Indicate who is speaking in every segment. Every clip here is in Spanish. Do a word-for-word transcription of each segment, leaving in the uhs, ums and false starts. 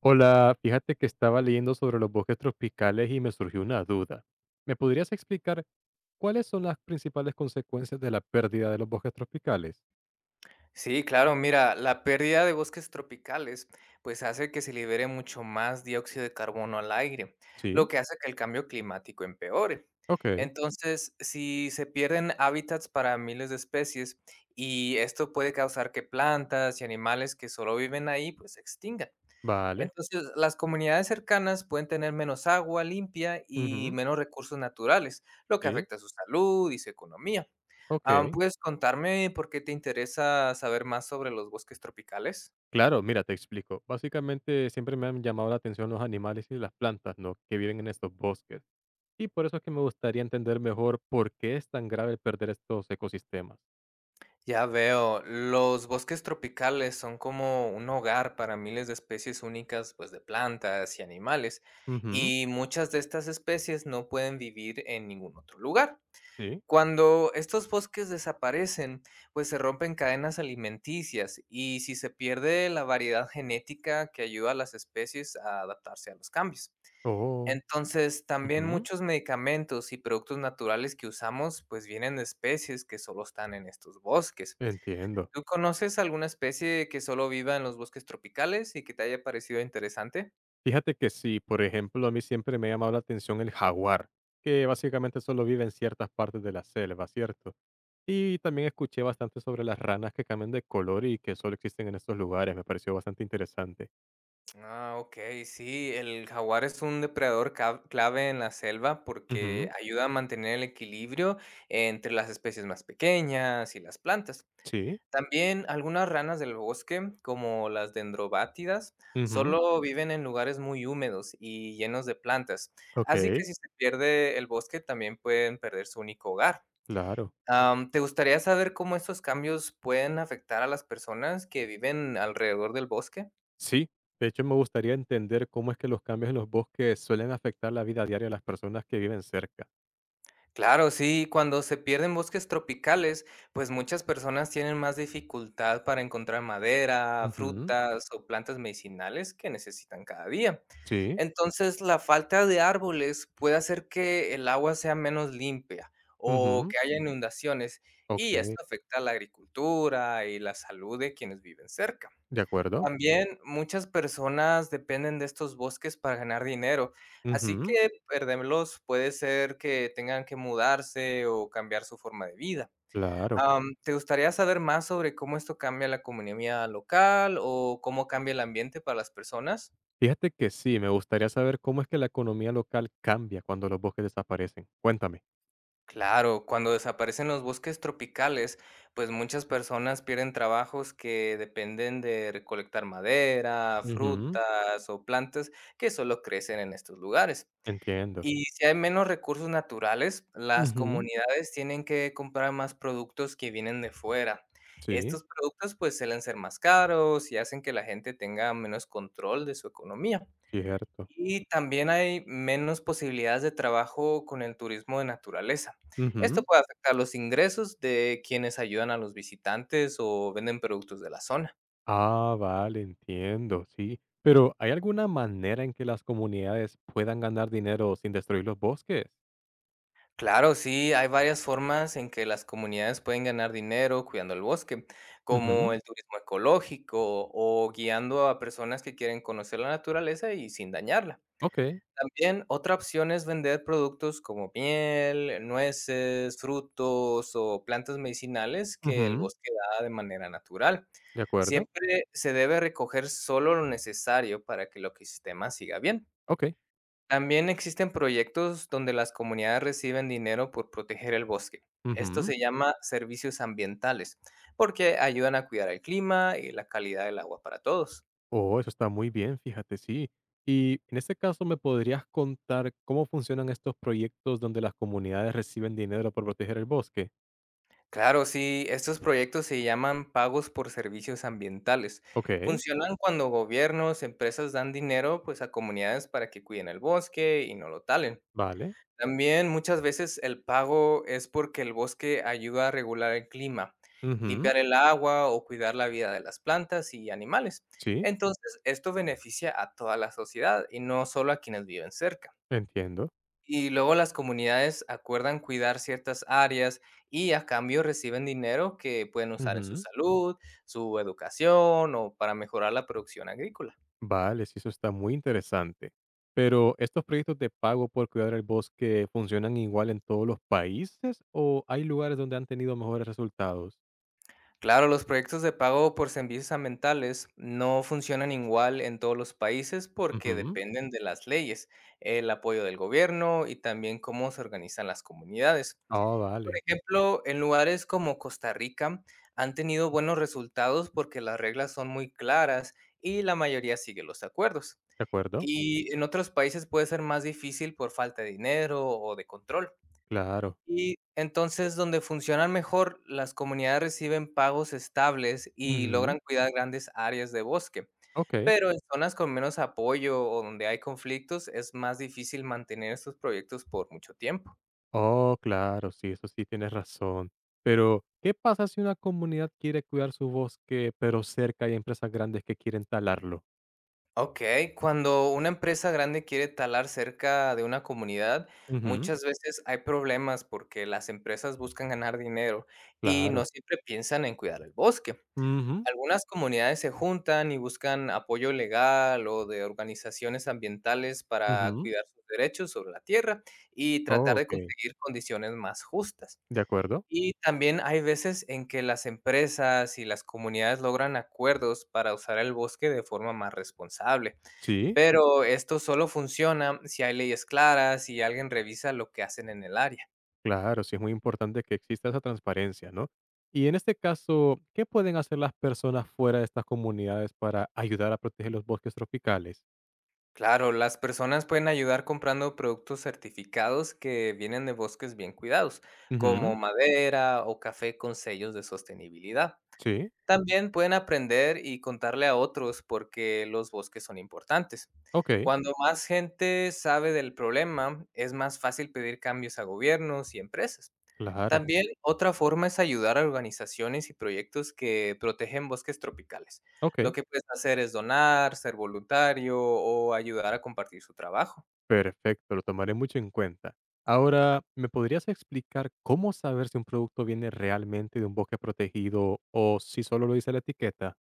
Speaker 1: Hola, fíjate que estaba leyendo sobre los bosques tropicales y me surgió una duda. ¿Me podrías explicar cuáles son las principales consecuencias de la pérdida de los bosques tropicales?
Speaker 2: Sí, claro, mira, la pérdida de bosques tropicales pues hace que se libere mucho más dióxido de carbono al aire, lo
Speaker 1: Sí,
Speaker 2: que hace que el cambio climático empeore.
Speaker 1: ok,
Speaker 2: Entonces, si se pierden hábitats para miles de especies y esto puede causar que plantas y animales que solo viven ahí pues se extingan.
Speaker 1: vale.
Speaker 2: Entonces, las comunidades cercanas pueden tener menos agua limpia y
Speaker 1: Ujú,
Speaker 2: menos recursos naturales, lo que
Speaker 1: sí,
Speaker 2: afecta a su salud y su economía. Ah,
Speaker 1: ok.
Speaker 2: ¿puedes contarme por qué te interesa saber más sobre los bosques tropicales?
Speaker 1: Claro, mira, te explico. Básicamente siempre me han llamado la atención los animales y las plantas, ¿no? Que viven en estos bosques. Y por eso es que me gustaría entender mejor por qué es tan grave el perder estos ecosistemas.
Speaker 2: Ya veo, los bosques tropicales son como un hogar para miles de especies únicas, pues de plantas y animales,
Speaker 1: Ujú,
Speaker 2: y muchas de estas especies no pueden vivir en ningún otro lugar.
Speaker 1: sí.
Speaker 2: Cuando estos bosques desaparecen, pues se rompen cadenas alimenticias y si se pierde la variedad genética que ayuda a las especies a adaptarse a los cambios.
Speaker 1: Oh.
Speaker 2: Entonces, también
Speaker 1: Ujú,
Speaker 2: muchos medicamentos y productos naturales que usamos, pues vienen de especies que solo están en estos bosques.
Speaker 1: entiendo.
Speaker 2: ¿Tú conoces alguna especie que solo viva en los bosques tropicales y que te haya parecido interesante?
Speaker 1: Fíjate que sí, por ejemplo, a mí siempre me ha llamado la atención el jaguar, que básicamente solo vive en ciertas partes de la selva, ¿cierto? Y también escuché bastante sobre las ranas que cambian de color y que solo existen en estos lugares, me pareció bastante interesante.
Speaker 2: Ah, okey, sí, el jaguar es un depredador cav clave en la selva
Speaker 1: Ujú,
Speaker 2: porque ayuda a mantener el equilibrio entre las especies más pequeñas y las plantas.
Speaker 1: sí,
Speaker 2: También algunas ranas del bosque, como las dendrobátidas,
Speaker 1: ujú,
Speaker 2: solo viven en lugares muy húmedos y llenos de plantas, así
Speaker 1: ok,
Speaker 2: que si se pierde el bosque también pueden perder su único hogar.
Speaker 1: claro.
Speaker 2: Am, ¿te gustaría saber cómo estos cambios pueden afectar a las personas que viven alrededor del bosque?
Speaker 1: Sí, de hecho me gustaría entender cómo es que los cambios en los bosques suelen afectar la vida diaria de las personas que viven cerca.
Speaker 2: Claro, sí, cuando se pierden bosques tropicales, pues muchas personas tienen más dificultad para encontrar madera,
Speaker 1: Ujú,
Speaker 2: frutas o plantas medicinales que necesitan cada día.
Speaker 1: sí,
Speaker 2: Entonces, la falta de árboles puede hacer que el agua sea menos limpia o
Speaker 1: ujú,
Speaker 2: que haya inundaciones
Speaker 1: ok,
Speaker 2: y esto afecta a la agricultura y la salud de quienes viven cerca.
Speaker 1: de acuerdo.
Speaker 2: También muchas personas dependen de estos bosques para ganar dinero, así
Speaker 1: Ujú,
Speaker 2: que perderlos puede ser que tengan que mudarse o cambiar su forma de vida.
Speaker 1: claro.
Speaker 2: Am, ¿te gustaría saber más sobre cómo esto cambia la economía local o cómo cambia el ambiente para las personas?
Speaker 1: Fíjate que sí, me gustaría saber cómo es que la economía local cambia cuando los bosques desaparecen. Cuéntame.
Speaker 2: Claro, cuando desaparecen los bosques tropicales, pues muchas personas pierden trabajos que dependen de recolectar madera,
Speaker 1: Ujú,
Speaker 2: frutas o plantas que solo crecen en estos lugares.
Speaker 1: entiendo.
Speaker 2: Y si hay menos recursos naturales, las
Speaker 1: Ujú,
Speaker 2: comunidades tienen que comprar más productos que vienen de fuera.
Speaker 1: sí,
Speaker 2: Estos productos pues suelen ser más caros y hacen que la gente tenga menos control de su economía.
Speaker 1: cierto.
Speaker 2: Y también hay menos posibilidades de trabajo con el turismo de naturaleza. Esto
Speaker 1: Ujú.
Speaker 2: puede afectar los ingresos de quienes ayudan a los visitantes o venden productos de la zona.
Speaker 1: Ah, vale, entiendo, sí. Pero ¿hay alguna manera en que las comunidades puedan ganar dinero sin destruir los bosques?
Speaker 2: Claro, sí, hay varias formas en que las comunidades pueden ganar dinero cuidando el bosque, como
Speaker 1: Ujú,
Speaker 2: el turismo ecológico o guiando a personas que quieren conocer la naturaleza y sin dañarla.
Speaker 1: ok.
Speaker 2: También otra opción es vender productos como miel, nueces, frutos o plantas medicinales que el
Speaker 1: Ujú,
Speaker 2: bosque da de manera natural.
Speaker 1: de acuerdo.
Speaker 2: Siempre se debe recoger solo lo necesario para que el ecosistema siga bien.
Speaker 1: Ok.
Speaker 2: También existen proyectos donde las comunidades reciben dinero por proteger el bosque. Esto
Speaker 1: Ujú.
Speaker 2: se llama servicios ambientales, porque ayudan a cuidar el clima y la calidad del agua para todos.
Speaker 1: Oh, eso está muy bien, fíjate, sí. Y en este caso, ¿me podrías contar cómo funcionan estos proyectos donde las comunidades reciben dinero por proteger el bosque?
Speaker 2: Claro, sí, estos proyectos se llaman pagos por servicios ambientales.
Speaker 1: Ok,
Speaker 2: Funcionan cuando gobiernos, empresas dan dinero pues a comunidades para que cuiden el bosque y no lo talen.
Speaker 1: vale.
Speaker 2: También muchas veces el pago es porque el bosque ayuda a regular el clima,
Speaker 1: Ujú,
Speaker 2: limpiar el agua o cuidar la vida de las plantas y animales.
Speaker 1: sí,
Speaker 2: Entonces, esto beneficia a toda la sociedad y no solo a quienes viven cerca.
Speaker 1: entiendo.
Speaker 2: Y luego las comunidades acuerdan cuidar ciertas áreas y a cambio reciben dinero que pueden usar en su
Speaker 1: Ujú,
Speaker 2: salud, su educación o para mejorar la producción agrícola.
Speaker 1: vale, sí, eso está muy interesante. Pero, ¿estos proyectos de pago por cuidar el bosque funcionan igual en todos los países o hay lugares donde han tenido mejores resultados?
Speaker 2: Claro, los proyectos de pago por servicios ambientales no funcionan igual en todos los países porque
Speaker 1: Ujú,
Speaker 2: dependen de las leyes, el apoyo del gobierno y también cómo se organizan las comunidades.
Speaker 1: ah,
Speaker 2: Por
Speaker 1: vale.
Speaker 2: ejemplo, en lugares como Costa Rica han tenido buenos resultados porque las reglas son muy claras y la mayoría sigue los acuerdos.
Speaker 1: De acuerdo.
Speaker 2: Y en otros países puede ser más difícil por falta de dinero o de control.
Speaker 1: Claro.
Speaker 2: Y entonces, donde funcionan mejor, las comunidades reciben pagos estables y
Speaker 1: Ujú,
Speaker 2: logran cuidar grandes áreas de bosque.
Speaker 1: ok.
Speaker 2: Pero en zonas con menos apoyo o donde hay conflictos, es más difícil mantener estos proyectos por mucho tiempo.
Speaker 1: Oh, claro, sí, eso sí tienes razón. Pero, ¿qué pasa si una comunidad quiere cuidar su bosque, pero cerca hay empresas grandes que quieren talarlo?
Speaker 2: Ok, cuando una empresa grande quiere talar cerca de una comunidad,
Speaker 1: Ujú,
Speaker 2: muchas veces hay problemas porque las empresas buscan ganar dinero y
Speaker 1: claro.
Speaker 2: no siempre piensan en cuidar el bosque.
Speaker 1: Ujú,
Speaker 2: Algunas comunidades se juntan y buscan apoyo legal o de organizaciones ambientales para
Speaker 1: ujú.
Speaker 2: cuidar sus derechos sobre la tierra y
Speaker 1: Oh,
Speaker 2: tratar de
Speaker 1: ok.
Speaker 2: conseguir condiciones más justas.
Speaker 1: ¿De acuerdo?
Speaker 2: Y también hay veces en que las empresas y las comunidades logran acuerdos para usar el bosque de forma más responsable.
Speaker 1: Sí,
Speaker 2: Pero esto solo funciona si hay leyes claras y alguien revisa lo que hacen en el área.
Speaker 1: claro, sí es muy importante que exista esa transparencia, ¿no? Y en este caso, ¿qué pueden hacer las personas fuera de estas comunidades para ayudar a proteger los bosques tropicales?
Speaker 2: Claro, las personas pueden ayudar comprando productos certificados que vienen de bosques bien cuidados,
Speaker 1: Ujú,
Speaker 2: como madera o café con sellos de sostenibilidad.
Speaker 1: sí,
Speaker 2: También pueden aprender y contarle a otros por qué los bosques son importantes.
Speaker 1: ok,
Speaker 2: Cuando más gente sabe del problema, es más fácil pedir cambios a gobiernos y empresas.
Speaker 1: claro,
Speaker 2: También otra forma es ayudar a organizaciones y proyectos que protegen bosques tropicales.
Speaker 1: ok.
Speaker 2: Lo que puedes hacer es donar, ser voluntario o ayudar a compartir su trabajo.
Speaker 1: Perfecto, lo tomaré mucho en cuenta. Ahora, ¿me podrías explicar cómo saber si un producto viene realmente de un bosque protegido o si solo lo dice la etiqueta?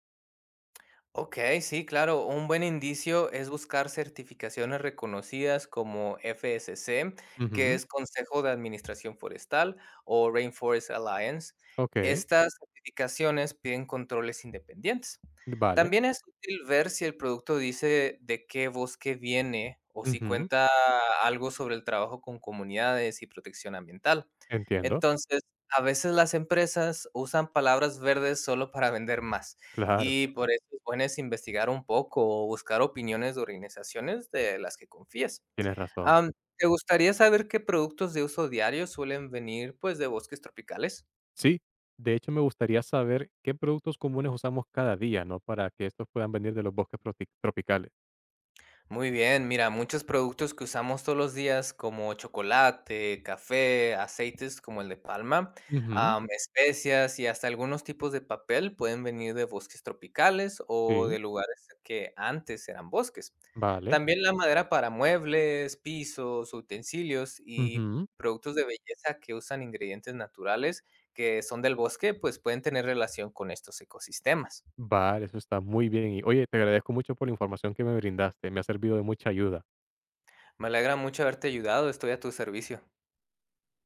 Speaker 2: Ok, sí, claro. Un buen indicio es buscar certificaciones reconocidas como F S C, que
Speaker 1: Ujú,
Speaker 2: es Consejo de Administración Forestal o Rainforest Alliance.
Speaker 1: ok,
Speaker 2: Estas certificaciones piden controles independientes.
Speaker 1: vale.
Speaker 2: También es útil ver si el producto dice de qué bosque viene o si
Speaker 1: Ujú,
Speaker 2: cuenta algo sobre el trabajo con comunidades y protección ambiental.
Speaker 1: entiendo.
Speaker 2: Entonces, a veces las empresas usan palabras verdes solo para vender más
Speaker 1: Claro,
Speaker 2: y por eso es bueno es investigar un poco o buscar opiniones de organizaciones de las que confíes.
Speaker 1: tienes razón.
Speaker 2: Am, ¿Te gustaría saber qué productos de uso diario suelen venir, pues, de bosques tropicales?
Speaker 1: Sí, de hecho me gustaría saber qué productos comunes usamos cada día, ¿no? Para que estos puedan venir de los bosques proti- tropicales.
Speaker 2: Muy bien, mira, muchos productos que usamos todos los días, como chocolate, café, aceites como el de palma,
Speaker 1: Ujú,
Speaker 2: am, especias y hasta algunos tipos de papel pueden venir de bosques tropicales o
Speaker 1: sí,
Speaker 2: de lugares que antes eran bosques.
Speaker 1: vale.
Speaker 2: También la madera para muebles, pisos, utensilios y
Speaker 1: Ujú,
Speaker 2: productos de belleza que usan ingredientes naturales que son del bosque, pues pueden tener relación con estos ecosistemas.
Speaker 1: vale, eso está muy bien. Y oye, te agradezco mucho por la información que me brindaste. Me ha servido de mucha ayuda.
Speaker 2: Me alegra mucho haberte ayudado, estoy a tu servicio.